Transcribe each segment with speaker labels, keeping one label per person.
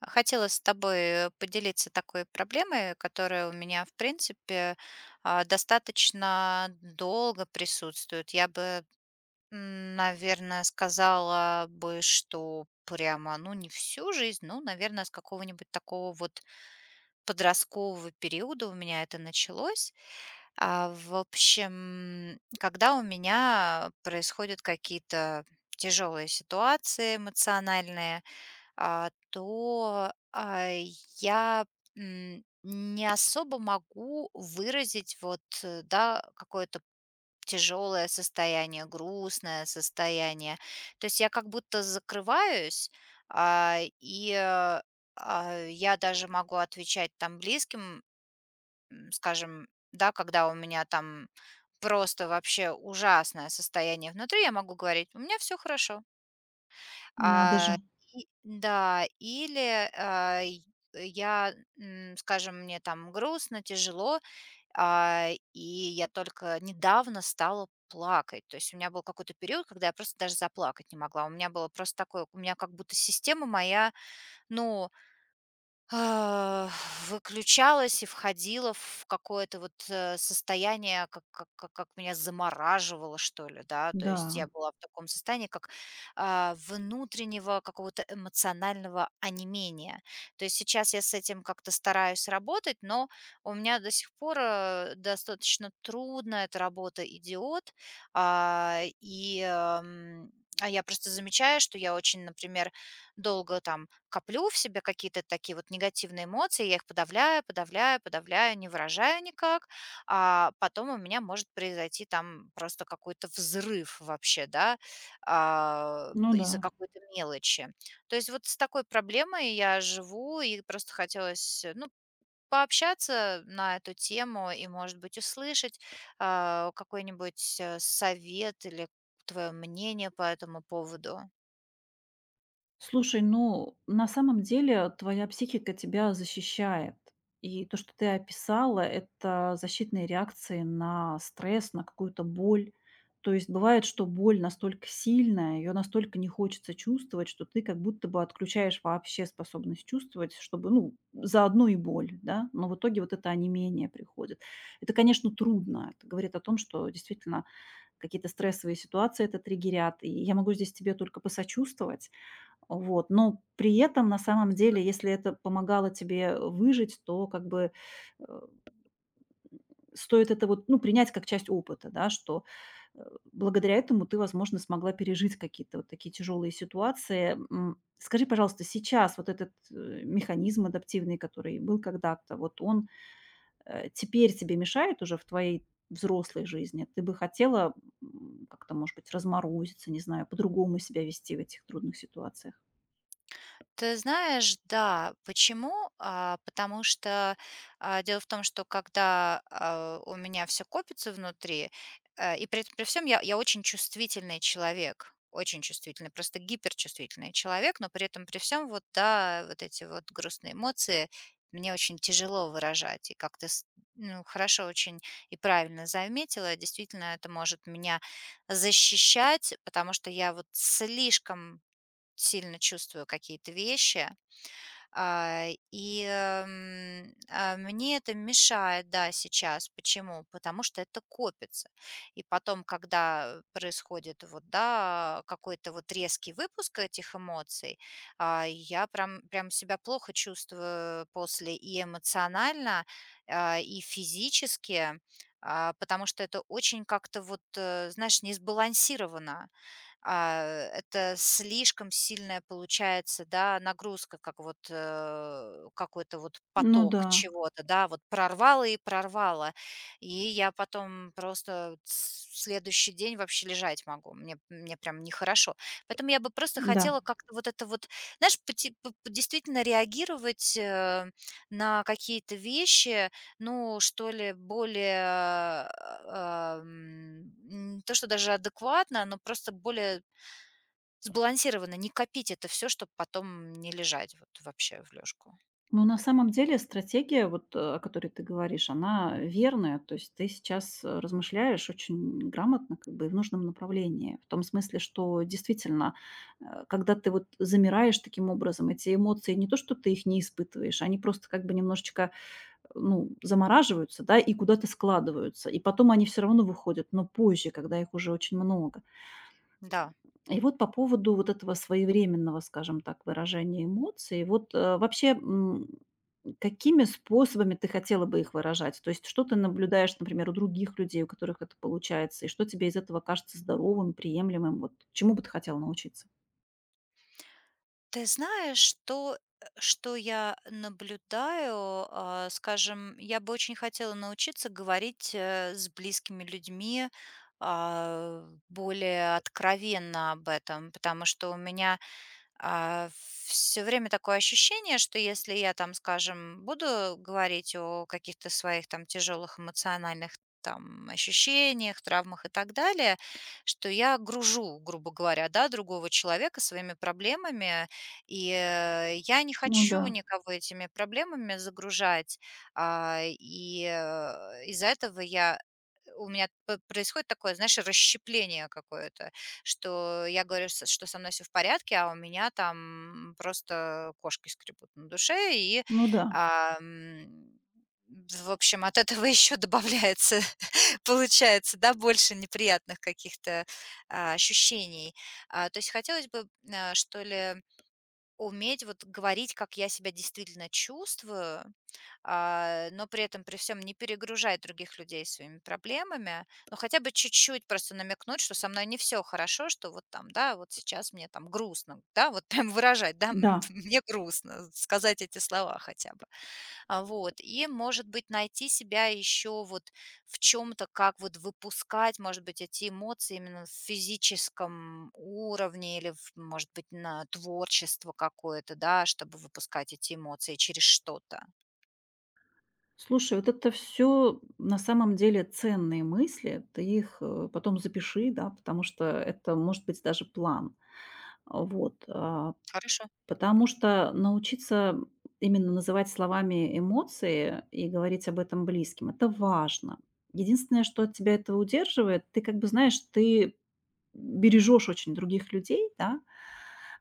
Speaker 1: Хотела с тобой поделиться такой проблемой, которая у меня, в принципе, достаточно долго присутствует. Я бы, наверное, сказала бы, что прямо, ну, не всю жизнь, ну, наверное, с какого-нибудь такого вот подросткового периода у меня это началось. В общем, когда у меня происходят какие-то тяжелые ситуации эмоциональные, а, то, а, я не особо могу выразить вот, да, какое-то тяжелое состояние, грустное состояние. То есть я как будто закрываюсь, а, и, э, я даже могу отвечать там близким, скажем, да, когда у меня там просто вообще ужасное состояние внутри, я могу говорить: "У меня все хорошо".
Speaker 2: Надо
Speaker 1: А,
Speaker 2: же.
Speaker 1: и да, или, а, й я, м, скажем, мне там грустно, тяжело, и я только недавно стала плакать. То есть у меня был какой-то период, когда я просто даже заплакать не могла. У меня было просто такое, у меня как будто система моя, ну а, выключалась и входила в какое-то вот, состояние, как меня замораживало, что ли, да. То есть я
Speaker 2: Да.
Speaker 1: была в таком состоянии, как, внутреннего какого-то эмоционального онемения. То есть сейчас я с этим как-то стараюсь работать, но у меня до сих пор, достаточно трудно эта работа идет. А, и, эм, я просто замечаю, что я очень, например, долго там коплю в себе какие-то такие вот негативные эмоции, я их подавляю, подавляю, подавляю, не выражаю никак, а потом у меня может произойти там просто какой-то взрыв вообще, да,
Speaker 2: Ну да.
Speaker 1: из-за какой-то мелочи. То есть вот с такой проблемой я живу, и просто хотелось, ну, пообщаться на эту тему и, может быть, услышать какой-нибудь совет или твое мнение по этому поводу.
Speaker 2: Слушай, на самом деле твоя психика тебя защищает. И то, что ты описала, это защитные реакции на стресс, на какую-то боль. То есть бывает, что боль настолько сильная, ее настолько не хочется чувствовать, что ты как будто бы отключаешь вообще способность чувствовать, чтобы, заодно и боль, да, но в итоге вот это онемение приходит. Это, конечно, трудно. Это говорит о том, что действительно какие-то стрессовые ситуации это триггерят, и я могу здесь тебе только посочувствовать. Вот, но при этом, на самом деле, если это помогало тебе выжить, то э, стоит это вот, принять как часть опыта, да, что, э, благодаря этому ты, возможно, смогла пережить какие-то вот такие тяжелые ситуации. Скажи, пожалуйста, сейчас вот этот, механизм адаптивный, который был когда-то, вот он теперь тебе мешает уже в твоей взрослой жизни? Ты бы хотела, как-то, может быть, разморозиться, не знаю, по-другому себя вести в этих трудных ситуациях?
Speaker 1: Ты знаешь, да. Почему? Потому что, дело в том, что когда у меня все копится внутри, и при этом при всем я очень чувствительный человек, очень чувствительный, просто гиперчувствительный человек, но при этом при всем вот, да, вот эти вот грустные эмоции мне очень тяжело выражать. И как ты с ну, хорошо очень и правильно заметила, действительно, это может меня защищать, потому что я вот слишком сильно чувствую какие-то вещи, мне это мешает, да, сейчас. Почему? Потому что это копится. И потом, когда происходит вот, да, какой-то вот резкий выпуск этих эмоций, я прям себя плохо чувствую после и эмоционально, и физически, потому что это очень как-то вот, знаешь, не сбалансировано. А, это слишком сильная получается, да, нагрузка, как вот, какой-то вот
Speaker 2: Ну да,
Speaker 1: поток чего-то, да, вот прорвало и прорвало. И я потом просто с следующий день вообще лежать могу. Мне прям нехорошо. Поэтому я бы просто
Speaker 2: да.
Speaker 1: хотела как-то вот это вот, знаешь, по п п действительно реагировать, на какие-то вещи, ну, что ли, более, не то, что даже адекватно, но просто более сбалансированно. Не копить это все, чтобы потом не лежать вот вообще в лёжку.
Speaker 2: Но на самом деле стратегия, вот, о которой ты говоришь, она верная. То есть ты сейчас, размышляешь очень грамотно, как бы, и в нужном направлении. В том смысле, что действительно, когда ты вот замираешь таким образом, эти эмоции, не то что ты их не испытываешь, они просто как бы немножечко ну, замораживаются, да, и куда-то складываются. И потом они все равно выходят, но позже, когда их уже очень много.
Speaker 1: Да.
Speaker 2: И вот по поводу вот этого своевременного, скажем так, выражения эмоций. Вот, какими способами ты хотела бы их выражать? То есть что ты наблюдаешь, например, у других людей, у которых это получается, и что тебе из этого кажется здоровым, приемлемым? Вот чему бы ты хотела научиться?
Speaker 1: Ты знаешь, что что я наблюдаю, скажем, я бы очень хотела научиться говорить, с близкими людьми, более откровенно об этом, потому что у меня все время такое ощущение, что если я там, скажем, буду говорить о каких-то своих там тяжелых эмоциональных там ощущениях, травмах и так далее, что я гружу, грубо говоря, да, другого человека своими проблемами, и, я не
Speaker 2: Ну да,
Speaker 1: хочу никого этими проблемами загружать. Из-за этого я у меня п происходит такое, знаешь, расщепление какое-то, что я говорю, что со мной все в порядке, а у меня там просто кошки скребут на душе, и,
Speaker 2: ну да,
Speaker 1: а, м, в общем, от этого еще добавляется, получается, да, больше неприятных каких-то ощущений. То есть хотелось бы, что ли, уметь вот говорить, как я себя действительно чувствую, но при этом при всем не перегружай других людей своими проблемами, но хотя бы чуть-чуть просто намекнуть, что со мной не все хорошо, что вот там, да, вот сейчас мне там грустно, да, вот прям выражать, да,
Speaker 2: да.
Speaker 1: мне грустно, сказать эти слова хотя бы. Вот, и, может быть, найти себя еще вот в чем-то, как вот выпускать, может быть, эти эмоции именно в физическом уровне или, может быть, на творчество какое-то, да, чтобы выпускать эти эмоции через что-то.
Speaker 2: Слушай, вот это все на самом деле ценные мысли. Ты их, потом запиши, да, потому что это может быть даже план. Вот,
Speaker 1: Хорошо.
Speaker 2: потому что научиться именно называть словами эмоции и говорить об этом близким — это важно. Единственное, что от тебя этого удерживает, ты как бы знаешь, ты бережешь очень других людей, да,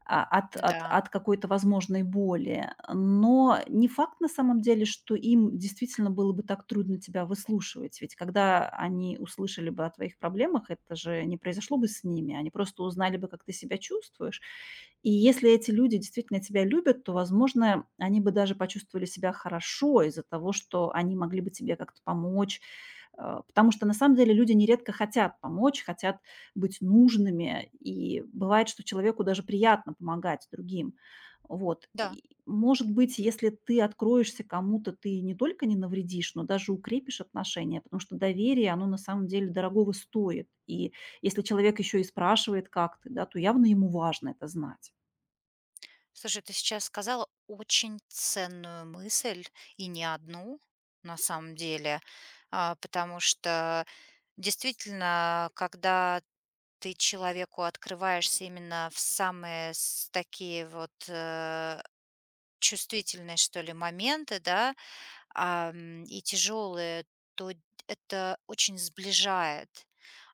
Speaker 2: а, от от
Speaker 1: Да,
Speaker 2: от какой-то возможной боли. Но не факт на самом деле, что им действительно было бы так трудно тебя выслушивать. Ведь когда они услышали бы о твоих проблемах, это же не произошло бы с ними. Они просто узнали бы, как ты себя чувствуешь. И если эти люди действительно тебя любят, то, возможно, они бы даже почувствовали себя хорошо из-за того, что они могли бы тебе как-то помочь. Потому что на самом деле люди нередко хотят помочь, хотят быть нужными. И бывает, что человеку даже приятно помогать другим. Вот.
Speaker 1: да.
Speaker 2: И, может быть, если ты откроешься кому-то, ты не только не навредишь, но даже укрепишь отношения, потому что доверие, оно на самом деле дорогого стоит. И если человек еще и спрашивает, как ты, да, то явно ему важно это знать.
Speaker 1: Слушай, ты сейчас сказала очень ценную мысль, и не одну, на самом деле. Потому что действительно, когда ты человеку открываешься именно в самые с такие вот, чувствительные, что ли, моменты, да, и тяжелые, то это очень сближает.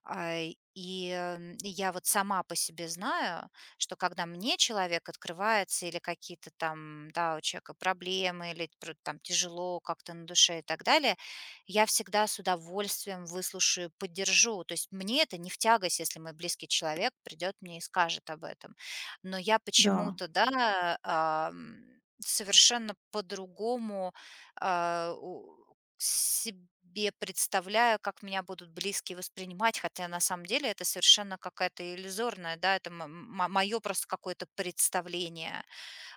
Speaker 1: А, И я вот сама по себе знаю, что когда мне человек открывается или какие-то там, да, у человека проблемы или там тяжело как-то на душе и так далее, я всегда с удовольствием выслушаю, поддержу. То есть мне это не в тягость, если мой близкий человек придет мне и скажет об этом. Но я
Speaker 2: Да,
Speaker 1: почему-то, да, совершенно по-другому у себе представляю, как меня будут близкие воспринимать, хотя на самом деле это совершенно какая-то иллюзорная, да, это мое просто какое-то представление.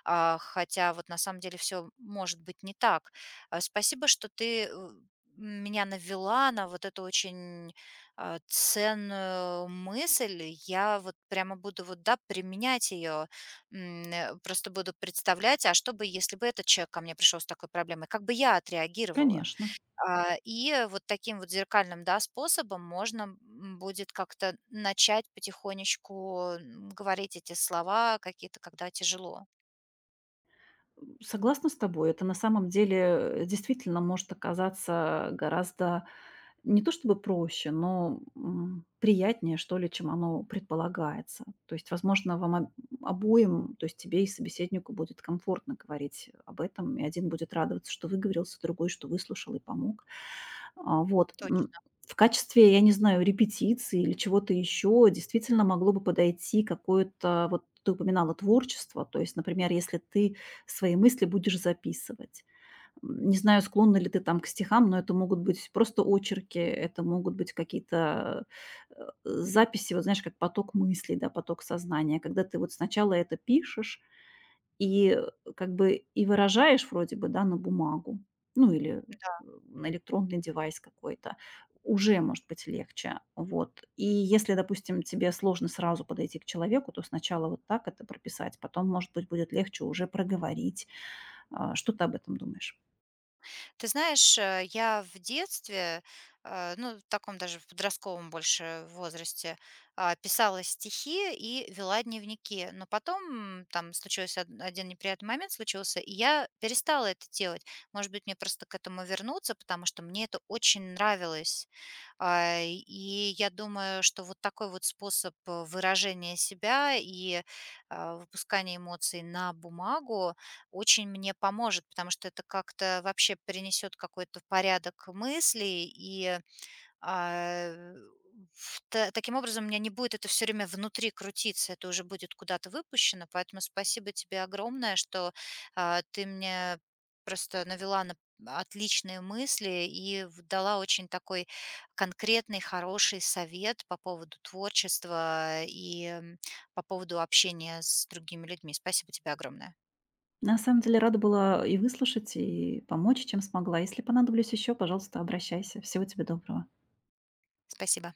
Speaker 1: Хотя вот на самом деле все может быть не так. Спасибо, что ты, меня навела на вот эту очень, ценную мысль. Я вот прямо буду вот, да, применять ее, просто буду представлять, а что бы, если бы этот человек ко мне пришел с такой проблемой, как бы я отреагировала?
Speaker 2: конечно.
Speaker 1: И вот таким вот зеркальным, да, способом можно, будет как-то начать потихонечку, говорить эти слова какие-то, когда тяжело.
Speaker 2: Согласна с тобой. Это на самом деле, действительно может оказаться гораздо не то чтобы проще, но, приятнее, что ли, чем оно предполагается. То есть, возможно, вам об обоим, то есть тебе и собеседнику, будет комфортно говорить об этом, и один будет радоваться, что выговорился, другой, что выслушал и помог. А, вот,
Speaker 1: Точ
Speaker 2: м. В качестве, я не знаю, репетиции или чего-то еще действительно могло бы подойти какое-то, вот ты упоминала творчество. То есть, например, если ты свои мысли будешь записывать. Не знаю, склонна ли ты там к стихам, но это могут быть просто очерки, это могут быть какие-то записи, вот знаешь, как поток мыслей, да, поток сознания, когда ты вот сначала это пишешь и как бы и выражаешь вроде бы, да, на бумагу, ну или
Speaker 1: Да.
Speaker 2: на электронный девайс какой-то, уже может быть легче. Вот. И если, допустим, тебе сложно сразу подойти к человеку, то сначала вот так это прописать, потом, может быть, будет легче уже проговорить что ты об этом думаешь?
Speaker 1: Ты знаешь, я в детстве, ну, в таком даже в подростковом больше возрасте, писала стихи и вела дневники. Но потом, там случился один неприятный момент случился, и я перестала это делать. Может быть, мне просто к этому вернуться, потому что мне это очень нравилось. И я думаю, что вот такой вот способ выражения себя и выпускания эмоций на бумагу очень мне поможет, потому что это как-то вообще принесет какой-то порядок мыслей, и а, таким образом у меня не будет это все время внутри крутиться, это уже будет куда-то выпущено. Поэтому спасибо тебе огромное, что ты мне просто навела на отличные мысли и дала очень такой конкретный, хороший совет по поводу творчества и по поводу общения с другими людьми. Спасибо тебе огромное.
Speaker 2: На самом деле рада была и выслушать, и помочь, чем смогла. Если понадоблюсь еще, пожалуйста, обращайся. Всего тебе доброго.
Speaker 1: Спасибо.